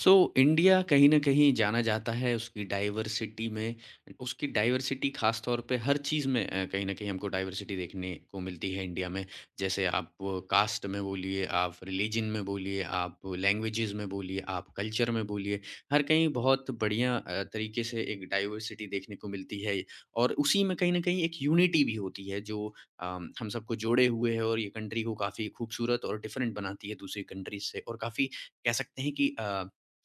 So India कहीं ना कहीं जाना जाता है उसकी डाइवर्सिटी में। उसकी डाइवर्सिटी खास तौर पे हर चीज़ में, कहीं ना कहीं हमको डाइवर्सिटी देखने को मिलती है इंडिया में। जैसे आप कास्ट में बोलिए, आप रिलीजन में बोलिए, आप लैंग्वेजेस में बोलिए, आप कल्चर में बोलिए। हर कहीं बहुत बढ़िया तरीके से एक डाइवर्सिटी देखने को मिलती है, और उसी में कहीं ना कहीं एक यूनिटी भी होती है जो हम सबको जोड़े हुए है, और ये कंट्री को काफ़ी खूबसूरत और डिफरेंट बनाती है दूसरी कंट्रीज से, और काफ़ी कह सकते हैं कि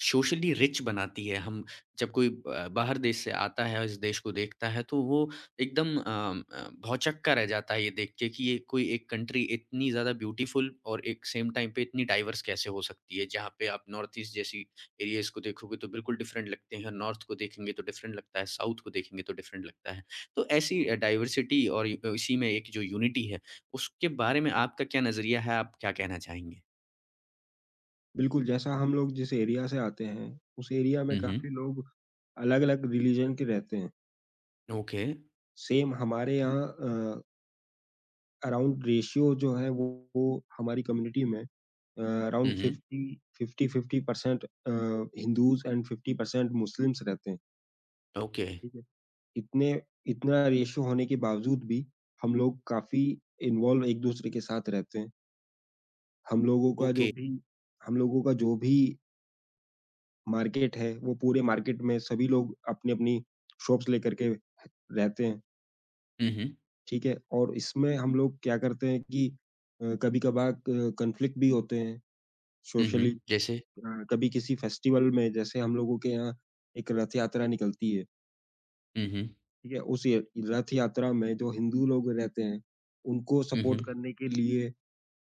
सोशली रिच बनाती है। हम जब कोई बाहर देश से आता है और इस देश को देखता है तो वो एकदम भौंचक्का रह जाता है, ये देख के कि ये कोई एक कंट्री इतनी ज़्यादा ब्यूटीफुल और एक सेम टाइम पे इतनी डाइवर्स कैसे हो सकती है। जहाँ पे आप नॉर्थ ईस्ट जैसी एरियाज़ को देखोगे तो बिल्कुल डिफरेंट लगते हैं, नॉर्थ को देखेंगे तो डिफरेंट लगता है, साउथ को देखेंगे तो डिफरेंट लगता है। तो ऐसी डाइवर्सिटी और इ इसी में एक जो यूनिटी है, उसके बारे में आपका क्या नज़रिया है? आप क्या कहना चाहेंगे? बिल्कुल, जैसा हम लोग जिस एरिया से आते हैं, उस एरिया में हुँ, हुँ। काफ़ी लोग अलग-अलग रिलीजन के रहते हैं। ओके। सेम हमारे हुँ। यहाँ अराउंड रेशियो जो है वो हमारी कम्युनिटी में अ, हुँ, अराउंड हुँ। 50 50-50% हिंदूज़ एंड 50% मुस्लिम्स रहते हैं, ओके। ठीक है? इतने इतना रेशियो होने के बावजूद भी हम लोग काफ़ी इन्वॉल्व एक-दूसरे के साथ रहते हैं। हम लोगों का जो ओके। भी हम लोगों का जो भी मार्केट है, वो पूरे मार्केट में सभी लोग अपनी-अपनी शॉप्स लेकर के रहते हैं, हुँ, हुँ। ठीक है? और इसमें हम लोग क्या करते हैं कि कभी-कभार क कॉन्फ्लिक्ट भी होते हैं हुँ, हुँ। सोशली। जैसे? कभी किसी फेस्टिवल में जैसे हम लोगों के यहाँ एक रथ यात्रा निकलती है, हुँ, हुँ। ठीक है? उस य रथ यात्रा में जो हिंदू लोग रहते हैं, उनको हुँ, सपोर्ट हुँ। करने के लिए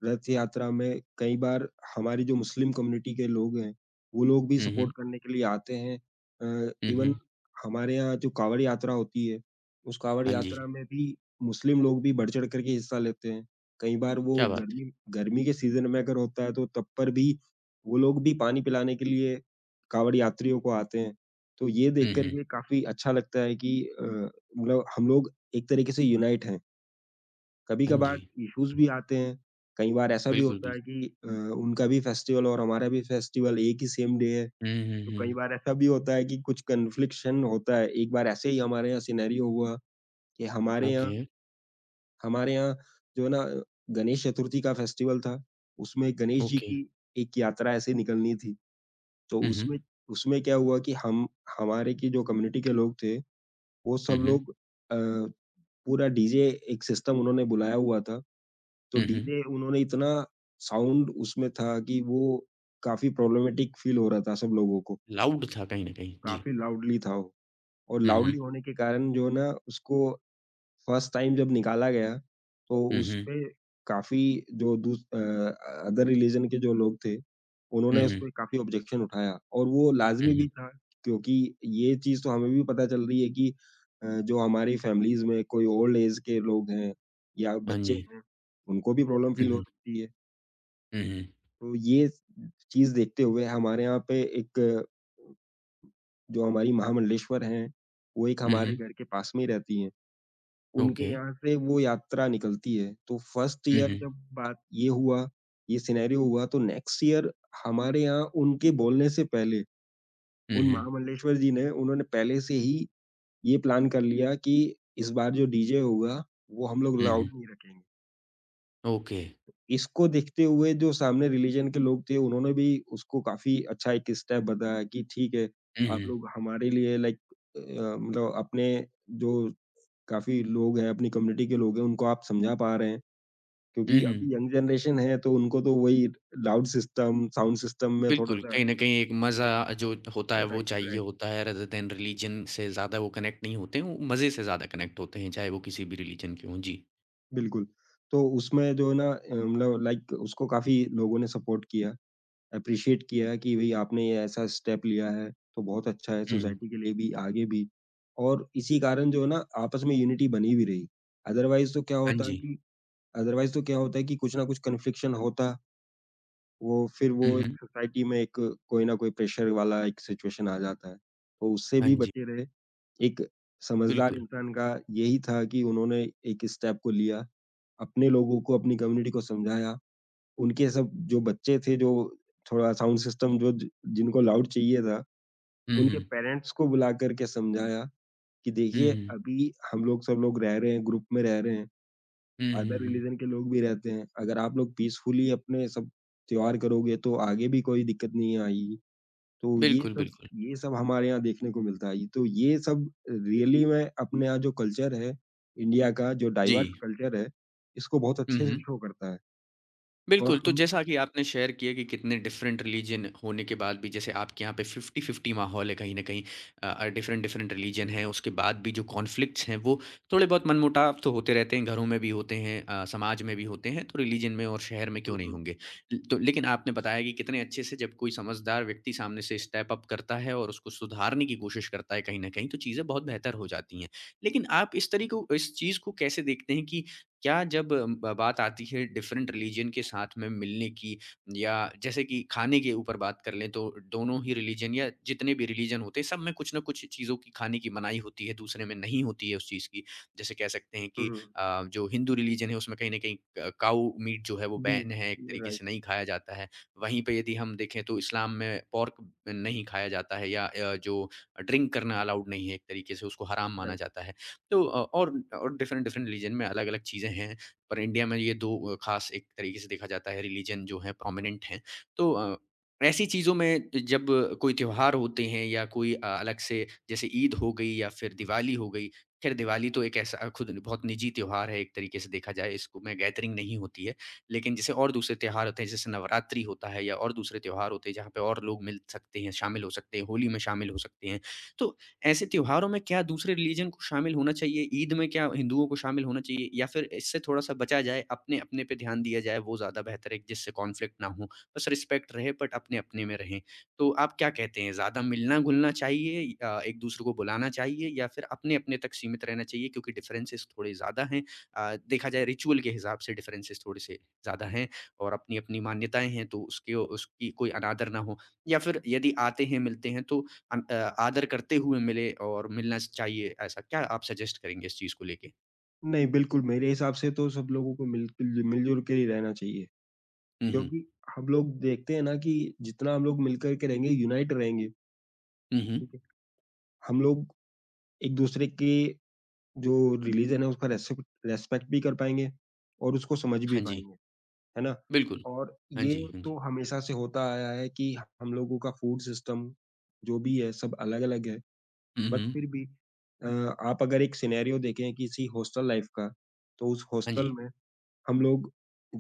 रथ यात्रा में कई बार हमारी जो मुस्लिम कम्युनिटी के लोग हैं, वो लोग भी हुँ, हुँ। सपोर्ट करने के लिए आते हैं। हुँ, इवन हुँ। हमारे यहाँ जो काँवड़ यात्रा होती है, उस काँवड़ हाँ जी। यात्रा में भी मुस्लिम लोग भी बढ़-चढ़ कर के हिस्सा लेते हैं। कई बार हुँ। वो क्या बात है! गर्मी गर्मी के सीज़न में अगर होता है तो तब पर भी वो लोग भी पानी पिलाने के लिए काँवड़ यात्रियों को आते हैं। तो ये हुँ, देख कर हुँ। के काफ़ी अच्छा लगता है कि मतलब हम लोग एक तरीके से यूनाइट हैं। हाँ जी। कभी-कभार इश्यूज़ भी आते हैं। कई बार ऐसा भी बिल्कुल, होता बिल है कि उनका भी फेस्टिवल और हमारा भी फेस्टिवल एक ही सेम डे है, हुँ, हुँ, तो कई हुँ। बार ऐसा भी होता है कि कुछ कन्फ्लिक्शन होता है। एक बार ऐसे ही हमारे यहाँ सिनेरियो हुआ कि हमारे ओके, यहाँ हमारे यहाँ जो है ना गणेश चतुर्थी का फेस्टिवल था, उसमें गणेश जी ओके। की एक यात्रा ऐसे निकलनी थी। तो हुँ, हुँ। उसमें उसमें क्या हुआ कि हम हमारे की जो कम्युनिटी के लोग थे, वो हुँ, सब हुँ। लोग अ, पूरा डीजे एक सिस्टम उन्होंने बुलाया हुआ था। तो हुँ, हुँ। डीजे उन्होंने इतना साउंड उसमें था कि वो काफ़ी प्रॉब्लमैटिक फ़ील हो रहा था सब लोगों को, लाउड था कहीं न कहीं। जी। काफ़ी लाउडली था वो और हुँ, लाउडली हुँ। होने के कारण जो है ना उसको फर्स्ट टाइम जब निकाला गया, तो हुँ, हुँ। उसपे काफ़ी, जो अदर रिलीज़न के जो लोग थे, हुँ, उन्होंने हुँ। उसपे काफ़ी ऑब्जेक्शन उठाया और वो हुँ, लाज़मी हुँ। भी था क्योंकि ये चीज़ तो हमें भी पता चल रही है कि जो हमारी फ़ैमिलीज़ में कोई ओल्ड एज के लोग हैं या हाँ बच्चे जी। हैं, उनको भी प्रॉब्लम हुँ, फ़ील हो हुँ। सकती है। हुँ, हुँ। तो ये चीज़ देखते हुए हमारे यहाँ पे एक जो हमारी महामंडलेश्वर हैं, वो एक हुँ, हमारे हुँ। हुँ। घर के पास में ही रहती हैं। ओके। उनके यहाँ से वो यात्रा निकलती है। तो फर्स्ट हुँ, ईयर हुँ। जब बात ये हुआ, ये सिनेरियो हुआ तो नेक्स्ट ईयर हमारे यहाँ उनके बोलने से पहले हुँ, उन हुँ। महामंडलेश्वर जी ने उन्होंने पहले से ही ये प्लान कर लिया कि इस बार जो डीजे होगा, वो हम लोग हुँ, लाउड हुँ। नहीं रखेंगे। ओके। इसको देखते हुए जो सामने रिलीजन के लोग थे, उन्होंने भी उसको काफ़ी अच्छा एक स्टेप बताया कि ठीक है, हुँ, आप हुँ। लोग हमारे लिए लाइक अ, मतलब अपने जो काफ़ी लोग हैं, अपनी कम्युनिटी के लोग हैं, उनको आप समझा पा रहे हैं। हुँ, क्योंकि हुँ। अभी यंग जनरेशन है, तो उनको तो वही लाउड सिस्टम, साउंड सिस्टम में बिल्कुल, थोड़ा-सा कहीं न कहीं एक मज़ा जो होता है वो राइट, चाहिए राइट होता है, रेदर देन रिलीजन से ज़्यादा वो कनेक्ट नहीं होते हैं, वो मज़े से ज़्यादा कनेक्ट होते हैं, चाहे वो किसी भी रिलीजन के हों। जी। बिल्कुल। तो उसमें जो है ना मतलब लाइक उसको काफ़ी लोगों ने सपोर्ट किया। एप्रिशिएट किया कि भई आपने ये ऐसा स्टेप लिया है, तो बहुत अच्छा है हुँ। सोसाइटी के लिए भी, आगे भी। और इसी कारण जो है ना आपस में यूनिटी बनी भी रही। अदरवाइज़ तो क्या हाँ होता है जी। कि अदरवाइज़ तो क्या होता है कि कुछ न कुछ कन्फ्लिक्शन होता, वो फिर वो हुँ, एक हुँ। सोसाइटी में एक कोई ना कोई प्रेशर वाला एक सिचुएशन आ जाता है। तो उससे हाँ भी जी, बचे रहे, एक समझदार बिल्कुल। इंसान का यही था कि उन्होंने एक स्टेप को लिया, अपने लोगों को, अपनी कम्युनिटी को समझाया। उनके सब जो बच्चे थे, जो थोड़ा साउंड सिस्टम जो ज जिनको लाउड चाहिए था, हुँ, उनके हुँ। पेरेंट्स को बुला कर के समझाया कि हुँ, देखिए, हुँ। अभी हम लोग सब लोग रह रहे हैं, ग्रुप में रह रहे हैं, हुँ, हुँ, अदर हुँ। रिलीजन के लोग भी रहते हैं। अगर आप लोग पीसफुली अपने सब त्योहार करोगे, तो आगे भी कोई दिक्कत नहीं आएगी। तो ये बिल्कुल, सब बिल्कुल। ये सब हमारे यहाँ देखने को मिलता है। तो ये सब रियली में अपने यहाँ जो कल्चर है, इंडिया का जो जी। डाइवर्स कल्चर है, इसको बहुत हुँ, अच्छे से हुँ। शो करता है बिल्कुल, और तो हम जैसा कि आपने शेयर किया कि कितने डिफरेंट रिलीजन होने के बाद भी, जैसे आपके यहाँ पे 50-50 माहौल है कहीं न कहीं, डिफरेंट-डिफरेंट रिलीजन हैं, उसके बाद भी जो कॉन्फ्लिक्ट्स हैं वो थोड़े बहुत मनमुटाव तो होते रहते हैं, घरों में भी होते हैं, समाज में भी होते हैं, तो रिलीजन में और शहर में क्यों हुँ, नहीं हुँ। होंगे। ल तो लेकिन आपने बताया कि कितने अच्छे से जब कोई समझदार व्यक्ति सामने से स्टेप अप करता है और उसको सुधारने की कोशिश करता है कहीं न कहीं, तो चीज़ें बहुत बेहतर हो जाती हैं। लेकिन आप इस तरीक़ों इस चीज़ को कैसे देखते हैं कि क्या जब ब बात आती है डिफरेंट रिलीजन के साथ में मिलने की, या जैसे कि खाने के ऊपर बात कर लें, तो दोनों ही रिलीजन या जितने भी रिलीजन होते हैं, सब में कुछ न कुछ चीज़ों की खाने की मनाही होती है, दूसरे में नहीं होती है उस चीज़ की। जैसे कह सकते हैं हुँ, कि हुँ। जो हिंदू रिलीजन है उसमें कहीं न कहीं काऊ मीट जो है वो जी, बैन है, एक तरीके राइट, से नहीं खाया जाता है। वहीं पे यदि हम देखें तो इस्लाम में पोर्क नहीं खाया जाता है, या जो ड्रिंक करना अलाउड नहीं है, एक तरीके से उसको हराम माना राइट। जाता है। तो और डिफरेंट डिफरेंट रिलीजन में अलग-अलग चीज़ें हैं, पर इंडिया में ये 2 ख़ास एक तरीके से देखा जाता है, रिलीजन जो है प्रोमिनेंट हैं। तो ऐसी चीज़ों में जब कोई त्योहार होते हैं, या कोई अलग से जैसे ईद हो गई या फिर दिवाली हो गई, ख़ैर दिवाली तो एक ऐसा खुद बहुत निजी त्योहार है, एक तरीके से देखा जाए, इसमें गैदरिंग नहीं होती है। लेकिन जैसे और दूसरे त्योहार होते हैं, जैसे नवरात्रि होता है या और दूसरे त्योहार होते हैं जहाँ पे और लोग मिल सकते हैं, शामिल हो सकते हैं, होली में शामिल हो सकते हैं। तो ऐसे त्योहारों में क्या दूसरे रिलीजन को शामिल होना चाहिए? ईद में क्या हिंदुओं को शामिल होना चाहिए, या फिर इससे थोड़ा-सा बचा जाए, अपने-अपने पे ध्यान दिया जाए, वो ज़्यादा बेहतर है जिससे कॉन्फ्लिक्ट ना हो? बस रिस्पेक्ट रहे बट अपने-अपने में रहें। तो आप क्या कहते हैं, ज़्यादा मिलना-घुलना चाहिए, एक-दूसरे को बुलाना चाहिए, या फिर अपने-अपने तक सीमित रहना चाहिए क्योंकि डिफरेंसेस थोड़े ज़्यादा हैं। देखा जाए रिचुअल के हिसाब से डिफरेंसेस थोड़े-से ज़्यादा हैं और अपनी-अपनी मान्यताएँ हैं, तो उसके उसकी कोई अनादर ना हो, या फिर यदि आते हैं, मिलते हैं, तो अन अ, आदर करते हुए मिले और मिलना चाहिए ऐसा, क्या आप सजेस्ट करेंगे इस चीज़ को लेके? नहीं, बिल्कुल मेरे हिसाब से तो सब लोगों को मिलके मिल-जुल के ही रहना चाहिए, हुँ, हुँ। क्योंकि हम लोग देखते हैं ना कि जितना हम लोग मिलकर के रहेंगे, यूनाइट रहेंगे, हुँ, हुँ। ठीक है? हम लोग एक-दूसरे के जो रिलीजन है उसका रेस्पेक्ट भी कर पाएँगे और उसको समझ भी हाँ जी, पाएँगे, है ना? बिल्कुल। और हाँ ये जी, हाँ जी। तो हमेशा से होता आया है कि हम लोगों का फूड सिस्टम जो भी है, सब अलग-अलग है। हुँ, बट हुँ। फिर भी अ, आप अगर एक सिनेरियो देखें किसी हॉस्टल लाइफ का, तो उस हाँ जी, हॉस्टल में हम लोग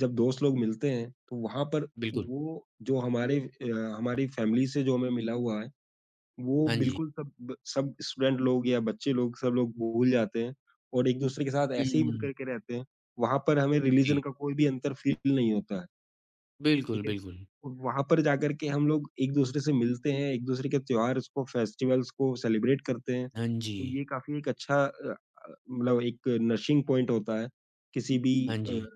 जब दोस्त लोग मिलते हैं, तो वहाँ पर बिल्कुल। वो जो हमारे हमारी फैमिली से जो हमें मिला हुआ है, वो हाँ जी। बिल्कुल सब स्टूडेंट लोग या बच्चे लोग सब लोग भूल जाते हैं और एक-दूसरे के साथ ऐसे ही मिल हुँ, कर के रहते हैं। वहाँ पर हमें रिलीजन जी। का कोई भी अंतर फ़ील नहीं होता है। बिल्कुल, ठीक है? बिल्कुल। वहाँ पर जाकर के हम लोग एक-दूसरे से मिलते हैं, एक-दूसरे के त्योहार्स को, फेस्टिवल्स को सेलिब्रेट करते हैं। हाँ जी, तो ये काफ़ी एक अच्छा मतलब एक नरिशिंग पॉइंट होता है, किसी भी हाँ अ, जी।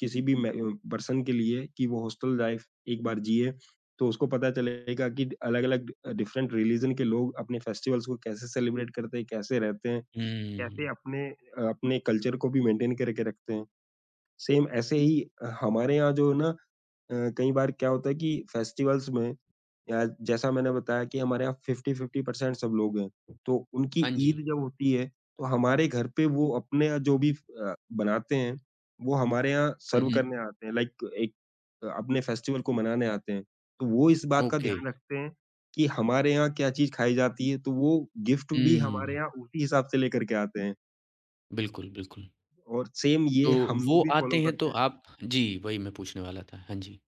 किसी भी मे पर्सन के लिए कि वो हॉस्टल लाइफ़ एक बार जिए, तो उसको पता चलेगा कि अलग-अलग डिफरेंट रिलीजन के लोग अपने फेस्टिवल्स को कैसे सेलिब्रेट करते हैं, कैसे रहते हैं, कैसे हुँ। अपने अपने कल्चर को भी मेंटेन करके रखते हैं। सेम ऐसे ही हमारे यहाँ जो ना कई बार क्या होता है कि फेस्टिवल्स में या जैसा मैंने बताया कि हमारे यहाँ 50-50% सब लोग हैं, तो उनकी हाँ ईद जी। जब होती है, तो हमारे घर पे वो अपने यहाँ जो भी बनाते हैं, वो हमारे यहाँ हुँ, सर्व हुँ। करने आते हैं लाइक एक अपने फेस्टिवल को मनाने आते हैं। तो वो इस बात का ओके। ध्यान रखते हैं कि हमारे यहाँ क्या चीज़ खाई जाती है, तो वो गिफ्ट भी हमारे हुँ, यहाँ उसी हिसाब से लेकर के आते हैं बिल्कुल, बिल्कुल। और सेम तो ये हम वो लोग भी फॉलो आते हैं तो करते हैं। आप जी, वही मैं पूछने वाला था। हाँ जी,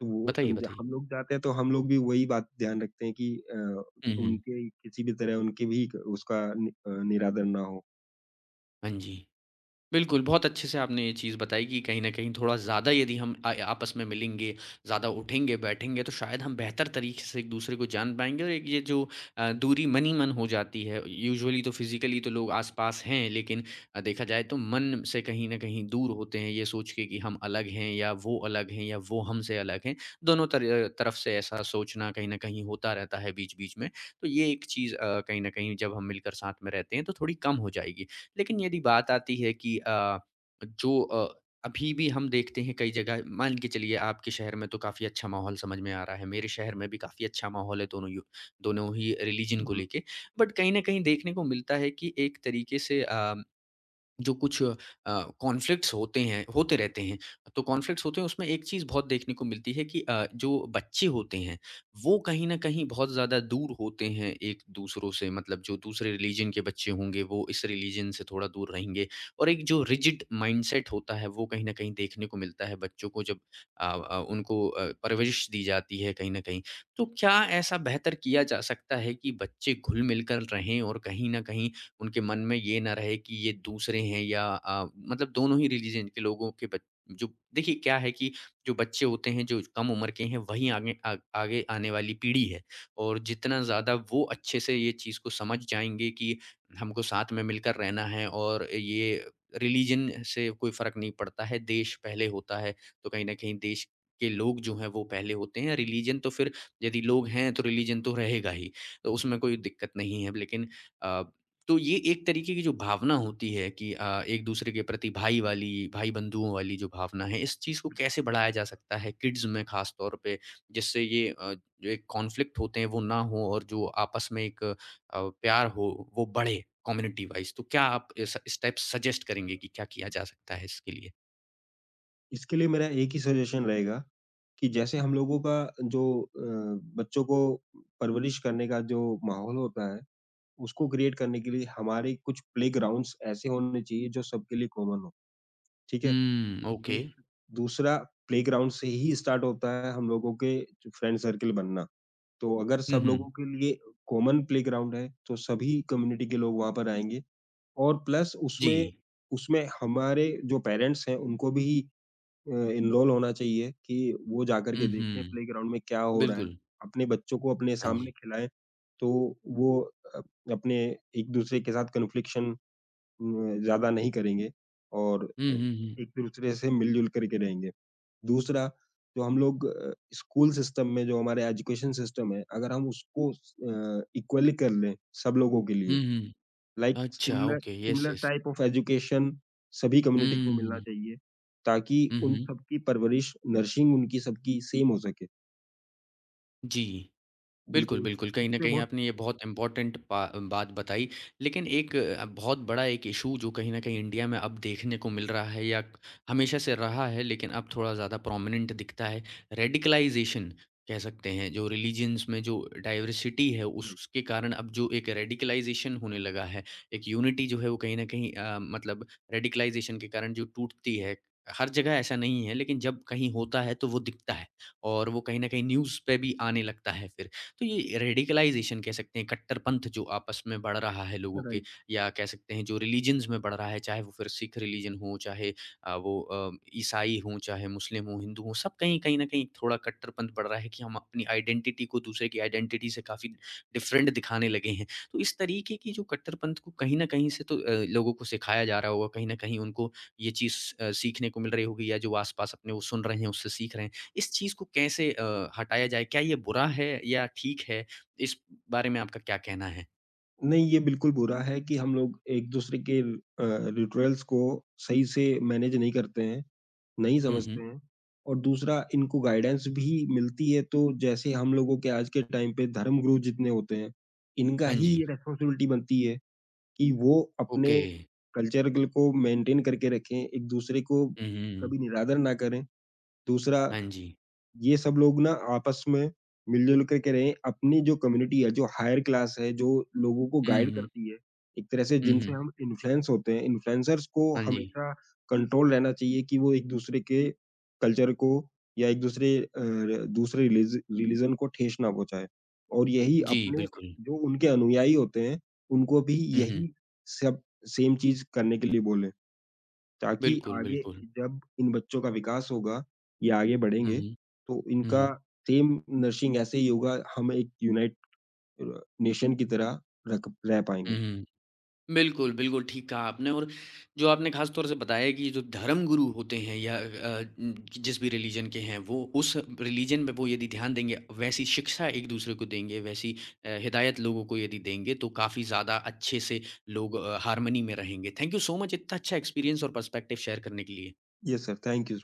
तो वो बताइए, अन बताइए। हम लोग जाते हैं तो हम लोग भी वही बात ध्यान रखते हैं कि अ, हुँ, हुँ। उनके किसी भी तरह उनके भी क उसका निरादर ना हो। हाँ जी। बिल्कुल, बहुत अच्छे से आपने ये चीज़ बताई कि कहीं न कहीं थोड़ा ज़्यादा यदि हम आपस में मिलेंगे, ज़्यादा उठेंगे, बैठेंगे, तो शायद हम बेहतर तरीके से एक-दूसरे को जान पाएँगे, और एक ये जो दूरी मन ही मन हो जाती है। यूजुअली तो फिज़िकली तो लोग आस-पास हैं, लेकिन देखा जाए तो मन से कहीं न कहीं दूर होते हैं, ये सोच के कि हम अलग हैं या वो अलग हैं या वो हमसे अलग हैं। दोनों तर तरफ से ऐसा सोचना कहीं न कहीं होता रहता है बीच-बीच में। तो ये एक चीज़, कहीं न कहीं जब हम मिलकर साथ में रहते हैं तो थोड़ी कम हो जाएगी। लेकिन यदि बात आती है कि अभी भी हम देखते हैं कई जगह, मान के चलिए आपके शहर में तो काफ़ी अच्छा माहौल समझ में आ रहा है, मेरे शहर में भी काफ़ी अच्छा माहौल है दोनों ही रिलीजन को हुँ, लेके। बट कहीं न कहीं देखने को मिलता है कि एक तरीके से जो कुछ अ, कॉन्फ्लिक्ट्स होते हैं होते रहते हैं, तो कॉन्फ्लिक्ट्स होते हैं उसमें एक चीज़ बहुत देखने को मिलती है कि जो बच्चे होते हैं वो कहीं ना कहीं बहुत ज़्यादा दूर होते हैं एक दूसरों से, मतलब जो दूसरे रिलीजन के बच्चे होंगे वो इस रिलीजन से थोड़ा दूर रहेंगे, और एक जो रिजिड माइंडसेट होता है वो कहीं ना कहीं देखने को मिलता है बच्चों को जब, उनको परवरिश दी जाती है कहीं ना कहीं। तो क्या ऐसा बेहतर किया जा सकता है कि बच्चे घुल मिलकर रहें और कहीं ना कहीं उनके मन में ये ना रहे कि ये दूसरे हैं, या मतलब दोनों ही रिलीजन के लोगों के बच जो देखिए क्या है कि जो बच्चे होते हैं जो कम उम्र के हैं, वही आगे आने वाली पीढ़ी है, और जितना ज़्यादा वो अच्छे से ये चीज़ को समझ जाएंगे कि हमको साथ में मिलकर रहना है, और ये रिलीजन से कोई फ़र्क नहीं पड़ता है, देश पहले होता है। तो कहीं ना कहीं देश के लोग जो हैं वो पहले होते हैं, रिलीजन तो फिर यदि लोग हैं तो रिलीजन तो रहेगा ही, तो उसमें कोई दिक्कत नहीं है। लेकिन तो ये एक तरीके की जो भावना होती है कि एक दूसरे के प्रति भाई वाली, भाई बंधुओं वाली जो भावना है, इस चीज़ को कैसे बढ़ाया जा सकता है किड्स में ख़ास तौर पे, जिससे ये जो एक कॉन्फ्लिक्ट होते हैं वो ना हो, और जो आपस में एक प्यार हो वो बढ़े कम्युनिटी वाइज, तो क्या आप इस स्टेप्स सजेस्ट करेंगे कि क्या किया जा सकता है इसके लिए? इसके लिए मेरा एक ही सजेशन रहेगा कि जैसे हम लोगों का जो बच्चों को परवरिश करने का जो माहौल होता है, उसको क्रिएट करने के लिए हमारे कुछ प्लेग्राउंड्स ऐसे होने चाहिए जो सबके लिए कॉमन हो, ठीक है? हुँ, ओके। दूस दूसरा प्लेग्राउंड से ही स्टार्ट होता है हम लोगों के फ्रेंड सर्कल बनना। तो अगर हुँ, सब हुँ। लोगों के लिए कॉमन प्लेग्राउंड है, तो सभी कम्युनिटी के लोग वहाँ पर आएँगे और प्लस जी। उसमें उसमें हमारे जो पेरेंट्स हैं, उनको भी इनरोल होना चाहिए कि वो जाकर हुँ, के देखें हुँ। प्लेग्राउंड में क्या हो रहा है। बिल्कुल। अपने बच्चों को अपने हाँ सामने जी। खिलाएँ, तो वो अ, अपने एक-दूसरे के साथ कन्फ्लिक्शन ज़्यादा नहीं करेंगे और हुँ, अ, हुँ, हुँ। एक-दूसरे से मिल-जुल कर के रहेंगे। दूसरा, जो हम लोग स्कूल सिस्टम में जो हमारे एजुकेशन सिस्टम है, अगर हम उसको इक्वली कर लें सब लोगों के हुँ, लिए, हुँ। लाइक अच्छा, similar okay. Yes, similar yes. Type of education सभी हुँ, कम्युनिटी को हुँ, मिलना हुँ। चाहिए, ताकि हुँ, उन हुँ। सबकी परवरिश, नरिशिंग उनकी सबकी सेम हो सके। जी। बिल्कुल, बिल्कुल, बिल्कुल। कहीं न उससे कहीं बहुत आपने ये बहुत इम्पोर्टेंट पा बात बताई। लेकिन एक, बहुत बड़ा एक इश्यू जो कहीं न कहीं इंडिया में अब देखने को मिल रहा है, या हमेशा से रहा है लेकिन अब थोड़ा ज़्यादा प्रोमिनेंट दिखता है, रेडिकलाइज़ेशन कह सकते हैं। जो रिलिजन्स में जो डाइवर्सिटी है, राइट, उसके कारण अब जो एक रेडिकलाइज़ेशन होने लगा है, एक यूनिटी जो है वो कहीं न कहीं, मतलब रेडिकलाइज़ेशन के कारण जो टूटती है, हर जगह ऐसा नहीं है लेकिन जब कहीं होता है तो वो दिखता है, और वो कहीं न कहीं न्यूज़ पे भी आने लगता है फिर। तो ये रेडिकलाइजेशन कह सकते हैं, कट्टरपंथ जो आपस में बढ़ रहा है लोगों के, राइट। या कह सकते हैं जो रिलीजन्स में बढ़ रहा है, चाहे वो फिर सिख रिलीजन हो, चाहे अ, वो अ, ईसाई हों, चाहे मुस्लिम हों, हिंदू हों, सब कहीं कहीं न कहीं थोड़ा कट्टरपंथ बढ़ रहा है कि हम अपनी आइडेंटिटी को दूसरे की आइडेंटिटी से काफ़ी डिफरेंट दिखाने लगे हैं। तो इस तरीके की जो कट्टरपंथ को कहीं न कहीं से तो लोगों को सिखाया जा रहा होगा, कहीं न कहीं उनको ये चीज़ सीखने को मिल रही होगी, या जो आस-पास अपने वो सुन रहे हैं, उससे सीख रहे हैं। इस चीज़ को कैसे हटाया जाए? क्या ये बुरा है या ठीक है? इस बारे में आपका क्या कहना है? नहीं, ये बिल्कुल बुरा है कि हम लोग एक-दूसरे के रिचुअल्स को सही से मैनेज नहीं करते हैं, नहीं हुँ, समझते हुँ। हैं और दूसरा इनको गाइडेंस भी मिलती है तो जैसे हम लोगों के आज के टाइम पे धर्मगुरु जितने होते हैं, इनका हाँ ही जी। ये रिस्पॉन्सिबिलिटी बनती है कि वो ओके। अपने कल्चर को मेंटेन करके रखें, एक-दूसरे को हुँ, हुँ। कभी निरादर ना करें। दूसरा हाँ जी। ये सब लोग ना आपस में मिलजुल कर के रहें, अपनी जो कम्युनिटी है, जो हायर क्लास है, जो लोगों को हुँ, गाइड हुँ। करती है, एक तरह से हुँ, जिनसे हुँ। हम इन्फ्लुएंस होते हैं, इन्फ्लुएंसर्स को हाँ जी। हमेशा कंट्रोल रहना चाहिए कि वो एक-दूसरे के कल्चर को या एक-दूसरे दूसरे रिलीजन को ठेस ना पहुँचाएँ। और यही जी, अपने बिल्कुल। जो उनके अनुयायी होते हैं, उनको भी हुँ, हुँ। यही सब सेम चीज़ करने के लिए बोलें। ताकि बिल्कुल, आगे बिल्कुल। जब इन बच्चों का विकास होगा, ये आगे हुँ, बढ़ेंगे, हुँ। तो हुँ, इनका हुँ। सेम नर्सिंग ऐसे ही होगा, हम एक यूनाइट अ, नेशन की तरह रख रह हुँ, पाएँगे। हुँ। बिल्कुल, बिल्कुल, ठीक कहा आपने, और जो आपने ख़ास तौर से बताया कि जो धर्मगुरु होते हैं, या जिस भी रिलीजन के हैं, वो उस रिलीजन पे वो यदि ध्यान देंगे, वैसी शिक्षा एक-दूसरे को देंगे, वैसी हिदायत लोगों को यदि देंगे, तो काफ़ी ज़्यादा अच्छे से लोग हार्मनी में रहेंगे। थैंक यू सो मच इतना अच्छा एक्सपीरियंस और पर्सपेक्टिव शेयर करने के लिए। Yes sir, thank you.